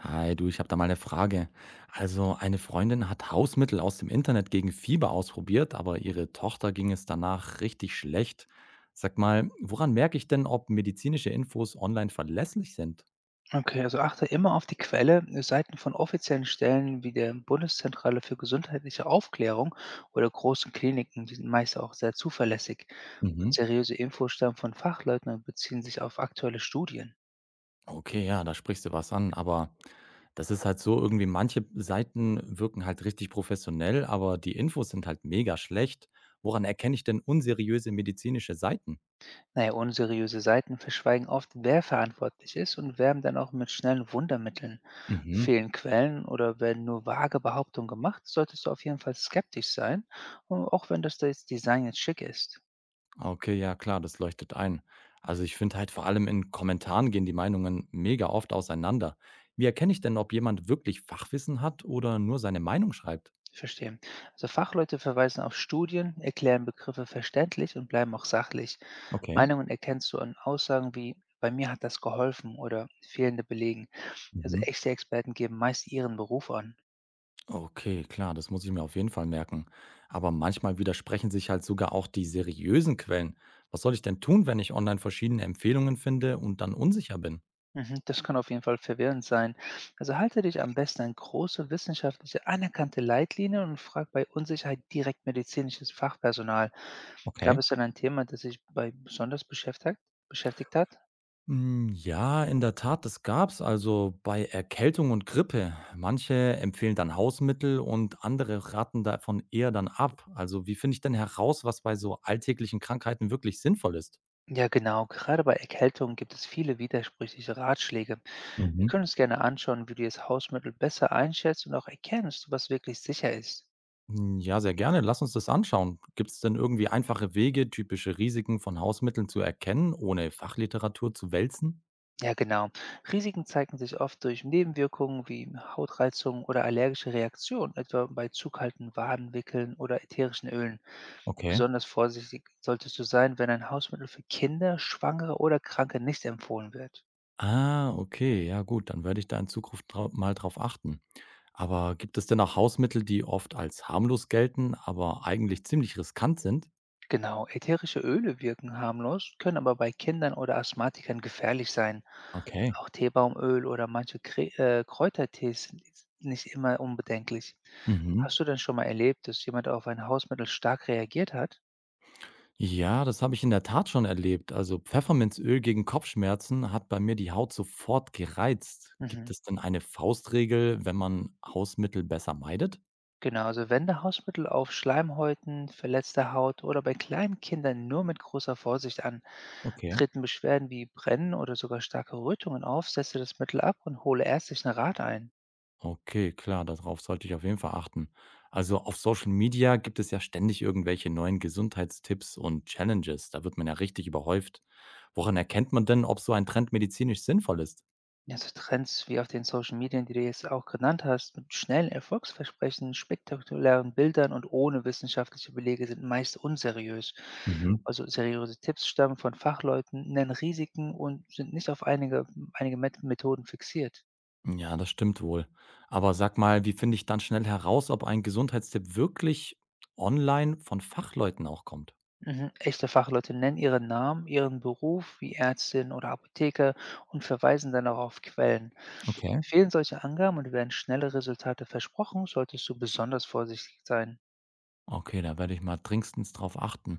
Hi, du, ich habe da mal eine Frage. Also, eine Freundin hat Hausmittel aus dem Internet gegen Fieber ausprobiert, aber ihre Tochter ging es danach richtig schlecht. Sag mal, woran merke ich denn, ob medizinische Infos online verlässlich sind? Okay, also achte immer auf die Quelle, Seiten von offiziellen Stellen wie der Bundeszentrale für gesundheitliche Aufklärung oder großen Kliniken, die sind meist auch sehr zuverlässig. Und Mhm. seriöse Infos stammen von Fachleuten und beziehen sich auf aktuelle Studien. Okay, ja, da sprichst du was an, aber das ist halt so, irgendwie manche Seiten wirken halt richtig professionell, aber die Infos sind halt mega schlecht. Woran erkenne ich denn unseriöse medizinische Seiten? Naja, unseriöse Seiten verschweigen oft, wer verantwortlich ist und werben dann auch mit schnellen Wundermitteln. Mhm. Fehlen Quellen oder werden nur vage Behauptungen gemacht, solltest du auf jeden Fall skeptisch sein, auch wenn das Design jetzt schick ist. Ah, okay, ja klar, das leuchtet ein. Also ich finde halt vor allem in Kommentaren gehen die Meinungen mega oft auseinander. Wie erkenne ich denn, ob jemand wirklich Fachwissen hat oder nur seine Meinung schreibt? Verstehe. Also Fachleute verweisen auf Studien, erklären Begriffe verständlich und bleiben auch sachlich. Okay. Meinungen erkennst du an Aussagen wie bei mir hat das geholfen oder fehlende Belegen. Also Mhm. echte Experten geben meist ihren Beruf an. Okay, klar, das muss ich mir auf jeden Fall merken. Aber manchmal widersprechen sich halt sogar auch die seriösen Quellen. Was soll ich denn tun, wenn ich online verschiedene Empfehlungen finde und dann unsicher bin? Mhm. Das kann auf jeden Fall verwirrend sein. Also halte dich am besten an große wissenschaftliche anerkannte Leitlinien und frag bei Unsicherheit direkt medizinisches Fachpersonal. Gab Okay. es denn ein Thema, das dich bei besonders beschäftigt hat? Hm, ja, in der Tat, das gab's. Also, bei Erkältung und Grippe. Manche empfehlen dann Hausmittel und andere raten davon eher dann ab. Also, wie finde ich denn heraus, was bei so alltäglichen Krankheiten wirklich sinnvoll ist? Ja, genau. Gerade bei Erkältung gibt es viele widersprüchliche Ratschläge. Wir Mhm. können uns gerne anschauen, wie du das Hausmittel besser einschätzt und auch erkennst, was wirklich sicher ist. Hm, ja, sehr gerne. Lass uns das anschauen. Gibt es denn irgendwie einfache Wege, typische Risiken von Hausmitteln zu erkennen, ohne Fachliteratur zu wälzen? Ja, genau. Risiken zeigen sich oft durch Nebenwirkungen wie Hautreizungen oder allergische Reaktionen, etwa bei zu kalten Wadenwickeln oder ätherischen Ölen. Okay. Besonders vorsichtig solltest du sein, wenn ein Hausmittel für Kinder, Schwangere oder Kranke nicht empfohlen wird. Ah, okay. Ja, gut. Dann werde ich da in Zukunft mal drauf achten. Aber gibt es denn auch Hausmittel, die oft als harmlos gelten, aber eigentlich ziemlich riskant sind? Genau, ätherische Öle wirken harmlos, können aber bei Kindern oder Asthmatikern gefährlich sein. Okay. Auch Teebaumöl oder manche Kre Kräutertees sind nicht immer unbedenklich. Mhm. Hast du denn schon mal erlebt, dass jemand auf ein Hausmittel stark reagiert hat? Ja, das habe ich in der Tat schon erlebt. Also Pfefferminzöl gegen Kopfschmerzen hat bei mir die Haut sofort gereizt. Gibt Mhm. es denn eine Faustregel, wenn man Hausmittel besser meidet? Genau, also wenn der Hausmittel auf Schleimhäuten, verletzter Haut oder bei kleinen Kindern nur mit großer Vorsicht an, Okay. treten Beschwerden wie Brennen oder sogar starke Rötungen auf, setze das Mittel ab und hole ärztlichen Rat ein. Okay, klar, darauf sollte ich auf jeden Fall achten. Also auf Social Media gibt es ja ständig irgendwelche neuen Gesundheitstipps und Challenges. Da wird man ja richtig überhäuft. Woran erkennt man denn, ob so ein Trend medizinisch sinnvoll ist? Ja, so Trends wie auf den Social Medien, die du jetzt auch genannt hast, mit schnellen Erfolgsversprechen, spektakulären Bildern und ohne wissenschaftliche Belege sind meist unseriös. Mhm. Also seriöse Tipps stammen von Fachleuten, nennen Risiken und sind nicht auf einige Methoden fixiert. Ja, das stimmt wohl. Aber sag mal, wie finde ich dann schnell heraus, ob ein Gesundheitstipp wirklich online von Fachleuten auch kommt? Mhm. Echte Fachleute nennen ihren Namen, ihren Beruf wie Ärztin oder Apotheker und verweisen dann auch auf Quellen. Okay. Fehlen solche Angaben und werden schnelle Resultate versprochen, solltest du besonders vorsichtig sein. Okay, da werde ich mal dringendstens drauf achten.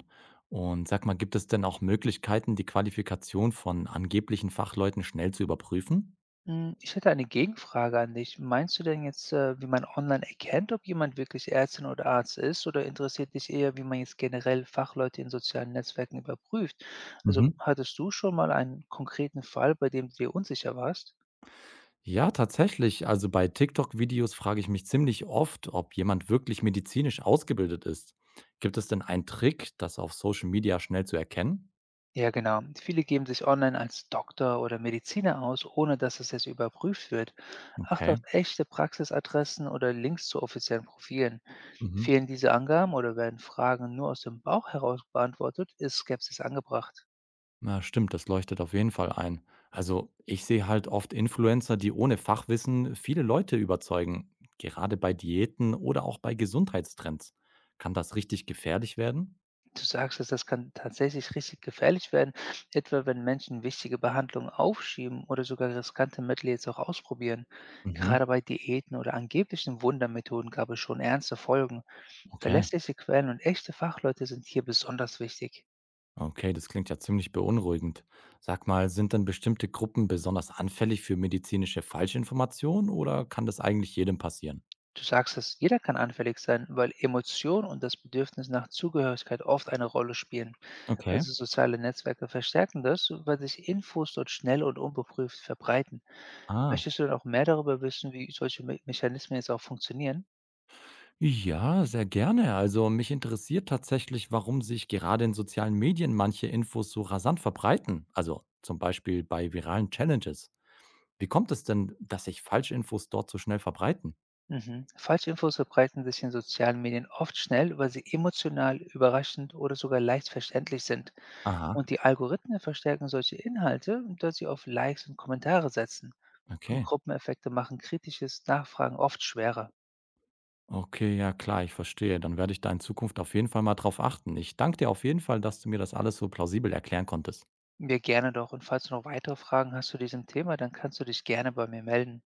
Und sag mal, gibt es denn auch Möglichkeiten, die Qualifikation von angeblichen Fachleuten schnell zu überprüfen? Hm, ich hätte eine Gegenfrage an dich. Meinst du denn jetzt, wie man online erkennt, ob jemand wirklich Ärztin oder Arzt ist, oder interessiert dich eher, wie man jetzt generell Fachleute in sozialen Netzwerken überprüft? Also, Mhm. hattest du schon mal einen konkreten Fall, bei dem du dir unsicher warst? Ja, tatsächlich. Also bei TikTok-Videos frage ich mich ziemlich oft, ob jemand wirklich medizinisch ausgebildet ist. Gibt es denn einen Trick, das auf Social Media schnell zu erkennen? Ja, genau. Viele geben sich online als Doktor oder Mediziner aus, ohne dass es jetzt überprüft wird. Achte Okay. auf echte Praxisadressen oder Links zu offiziellen Profilen. Mhm. Fehlen diese Angaben oder werden Fragen nur aus dem Bauch heraus beantwortet, ist Skepsis angebracht. Na, stimmt, das leuchtet auf jeden Fall ein. Also, ich sehe halt oft Influencer, die ohne Fachwissen viele Leute überzeugen, gerade bei Diäten oder auch bei Gesundheitstrends. Kann das richtig gefährlich werden? Du sagst es, das kann tatsächlich richtig gefährlich werden, etwa wenn Menschen wichtige Behandlungen aufschieben oder sogar riskante Mittel jetzt auch ausprobieren. Mhm, Gerade bei Diäten oder angeblichen Wundermethoden gab es schon ernste Folgen. okay. Verlässliche Quellen und echte Fachleute sind hier besonders wichtig. Okay, das klingt ja ziemlich beunruhigend. Sag mal, sind denn bestimmte Gruppen besonders anfällig für medizinische Falschinformationen oder kann das eigentlich jedem passieren? Du sagst es, jeder kann anfällig sein, weil Emotionen und das Bedürfnis nach Zugehörigkeit oft eine Rolle spielen. Okay. Also soziale Netzwerke verstärken das, weil sich Infos dort schnell und unbeprüft verbreiten. Ah. Möchtest du denn auch mehr darüber wissen, wie solche Me Mechanismen jetzt auch funktionieren? Ja, sehr gerne. Also mich interessiert tatsächlich, warum sich gerade in sozialen Medien manche Infos so rasant verbreiten. Also zum Beispiel bei viralen Challenges. Wie kommt es denn, dass sich Falschinfos dort so schnell verbreiten? Mhm. Falschinfos verbreiten sich in sozialen Medien oft schnell, weil sie emotional, überraschend oder sogar leicht verständlich sind. Aha, Und die Algorithmen verstärken solche Inhalte, da sie auf Likes und Kommentare setzen. Und okay. Gruppeneffekte machen kritisches Nachfragen oft schwerer. Okay, ja klar, ich verstehe. Dann werde ich da in Zukunft auf jeden Fall mal drauf achten. Ich danke dir auf jeden Fall, dass du mir das alles so plausibel erklären konntest. Mir gerne doch. Und falls du noch weitere Fragen hast zu diesem Thema, dann kannst du dich gerne bei mir melden.